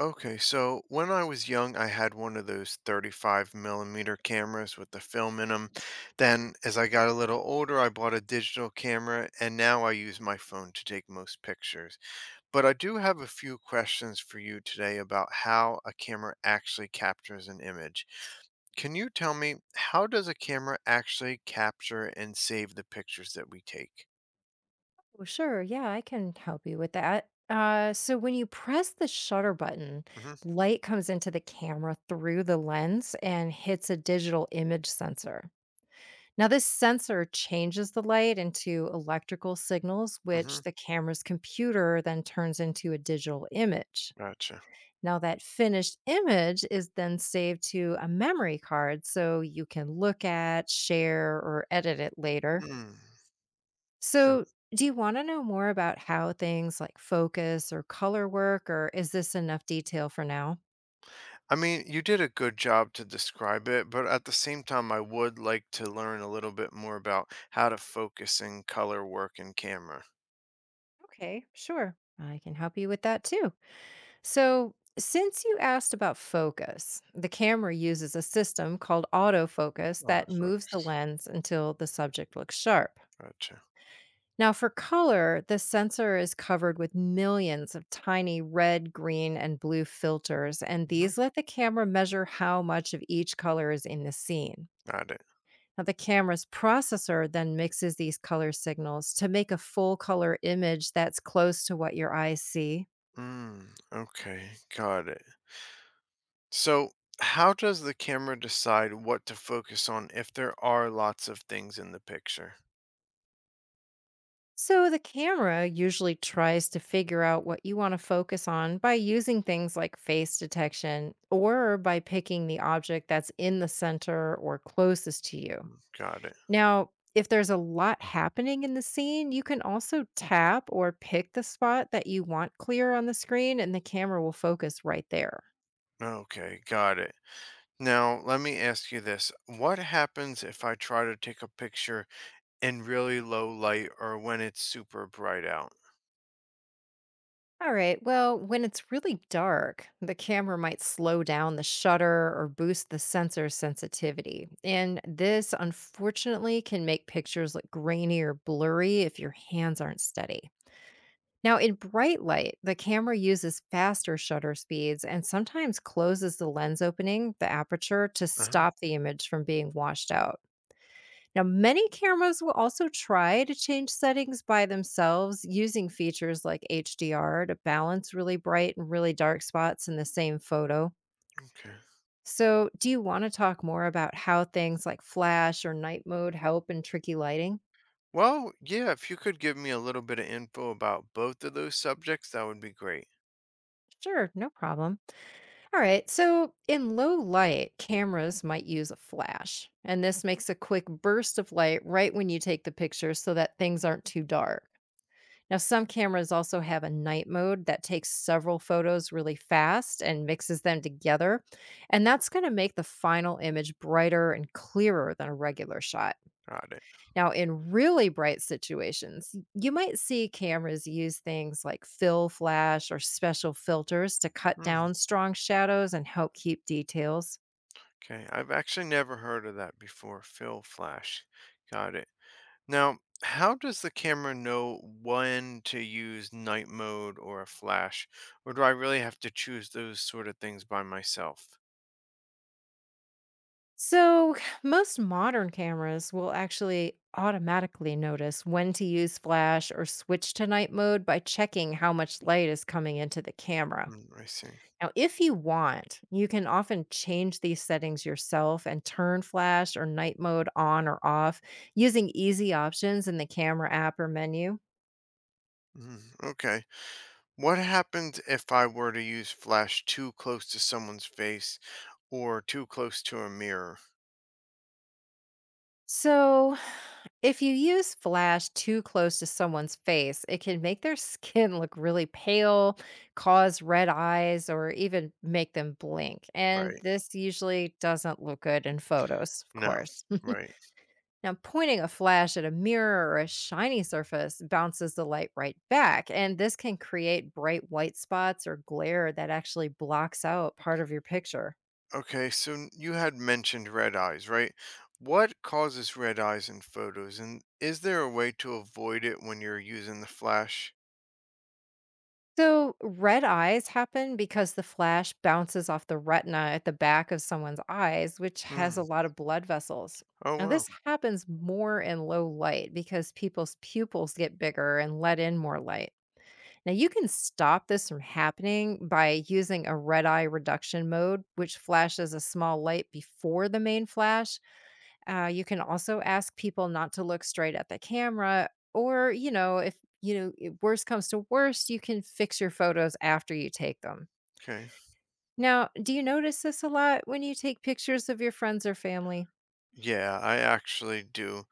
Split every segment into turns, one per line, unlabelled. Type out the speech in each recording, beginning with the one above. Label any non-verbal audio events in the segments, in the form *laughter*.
Okay, so when I was young, I had one of those 35 mm millimeter cameras with the film in them. Then, as I got a little older, I bought a digital camera, and now I use my phone to take most pictures. But I do have a few questions for you today about how a camera actually captures an image. Can you tell me, how does a camera actually capture and save the pictures that we take?
Well, sure. Yeah, I can help you with that. So when you press the shutter button,
Mm-hmm.
light comes into the camera through the lens and hits a digital image sensor. Now, this sensor changes the light into electrical signals,
Mm-hmm,
which the camera's computer then turns into a digital image.
gotcha.
Now, that finished image is then saved to a memory card so you can look at, share, or edit it later.
Hmm.
So, do you want to know more about how things like focus or color work, or is this enough detail for now?
You did a good job to describe it, but at the same time, I would like to learn a little bit more about how to focus in color work in camera.
Okay, sure. I can help you with that too. So, since you asked about focus, the camera uses a system called autofocus that moves the
Autofocus.
lens until the subject looks sharp.
Gotcha.
Now, for color, the sensor is covered with millions of tiny red, green, and blue filters, and these
Hmm.
let the camera measure how much of each color is in the scene.
Got it.
Now, the camera's processor then mixes these color signals to make a full color image that's close to what your eyes see.
Mm, okay, got it. So, how does the camera decide what to focus on if there are lots of things in the picture?
So, the camera usually tries to figure out what you want to focus on by using things like face detection or by picking the object that's in the center or closest to you.
Got it.
Now, if there's a lot happening in the scene, you can also tap or pick the spot that you want clear on the screen, and the camera will focus right there.
Okay, got it. Now, let me ask you this. What happens if I try to take a picture in really low light or when it's super bright out?
All right. Well, when it's really dark, the camera might slow down the shutter or boost the sensor sensitivity. And this, unfortunately, can make pictures look grainy or blurry if your hands aren't steady. Now, in bright light, the camera uses faster shutter speeds and sometimes closes the lens opening, the aperture, to
Uh-huh.
stop the image from being washed out. Now, many cameras will also try to change settings by themselves using features like HDR to balance really bright and really dark spots in the same photo.
Okay.
So, do you want to talk more about how things like flash or night mode help in tricky lighting?
Well, yeah, if you could give me a little bit of info about both of those subjects, that would be great.
Sure, no problem. All right, so in low light, cameras might use a flash, and this makes a quick burst of light right when you take the picture so that things aren't too dark. Now, some cameras also have a night mode that takes several photos really fast and mixes them together. And that's going to make the final image brighter and clearer than a regular shot.
Got it.
Now, in really bright situations, you might see cameras use things like fill flash or special filters to cut down
Hmm.
strong shadows and help keep details.
Okay. I've actually never heard of that before. Fill flash. Got it. Now, how does the camera know when to use night mode or a flash? Or do I really have to choose those sort of things by myself?
So, most modern cameras will actually automatically notice when to use flash or switch to night mode by checking how much light is coming into the camera.
Mm, I see.
Now, if you want, you can often change these settings yourself and turn flash or night mode on or off using easy options in the camera app or menu.
Mm, okay. What happens if I were to use flash too close to someone's face or too close to a mirror?
So, if you use flash too close to someone's face, it can make their *laughs* skin look really pale, cause red eyes, or even make them blink. And
Right.
this usually doesn't look good in photos, of
No.
course. *laughs*
Right.
Now, pointing a flash at a mirror or a shiny surface bounces the light right back. And this can create bright white spots or glare that actually blocks out part of your picture.
Okay, so you had mentioned red eyes, right? What causes red eyes in photos, and is there a way to avoid it when you're using the flash?
So, red eyes happen because the flash bounces off the retina at the back of someone's eyes, which has a
Mm.
lot of blood vessels.
Oh,
Now,
wow.
this happens more in low light because people's pupils get bigger and let in more light. Now, you can stop this from happening by using a red eye reduction mode, which flashes a small light before the main flash. You can also ask people not to look straight at the camera, or, you know, if you know, I- worst comes to worst, you can fix your photos after you take them.
Okay.
Now, do you notice this a lot when you take pictures of your friends or family?
Yeah, I actually do.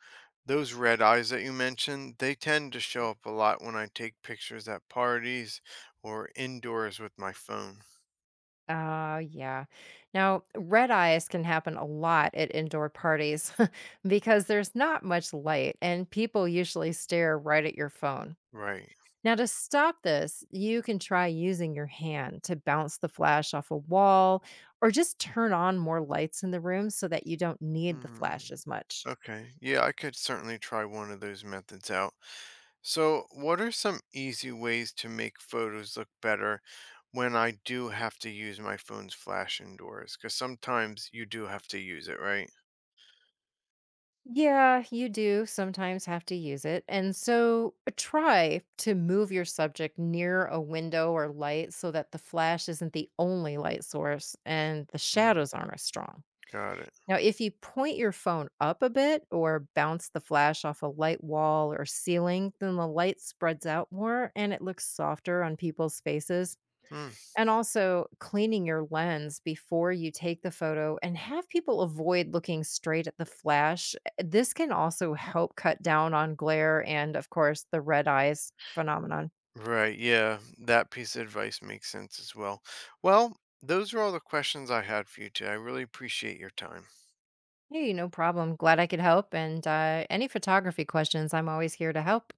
Those red eyes that you mentioned, they tend to show up a lot when I take pictures at parties or indoors with my phone.
Yeah. Now, red eyes can happen a lot at indoor parties *laughs* because there's not much light and people usually stare right at your phone.
Right.
Now, to stop this, you can try using your hand to bounce the flash off a wall or just turn on more lights in the room so that you don't need the
Hmm.
flash as much.
Okay. Yeah, I could certainly try one of those methods out. So, what are some easy ways to make photos look better when I do have to use my phone's flash indoors? Because sometimes you do have to use it, right?
Yeah, you do sometimes have to use it. And so try to move your subject near a window or light so that the flash isn't the only light source and the
Mm,
shadows aren't as strong.
got it.
Now, if you point your phone up a bit or bounce the flash off a light wall or ceiling, then the light spreads out more and it looks softer on people's faces.
Hmm.
And also, cleaning your lens before you take the photo and have people avoid looking straight at the flash. This can also help cut down on glare and, of course, the red eyes phenomenon.
Right. Yeah, that piece of advice makes sense as well. Well, those are all the questions I had for you today. I really appreciate your time.
Hey, no problem. Glad I could help. And any photography questions, I'm always here to help.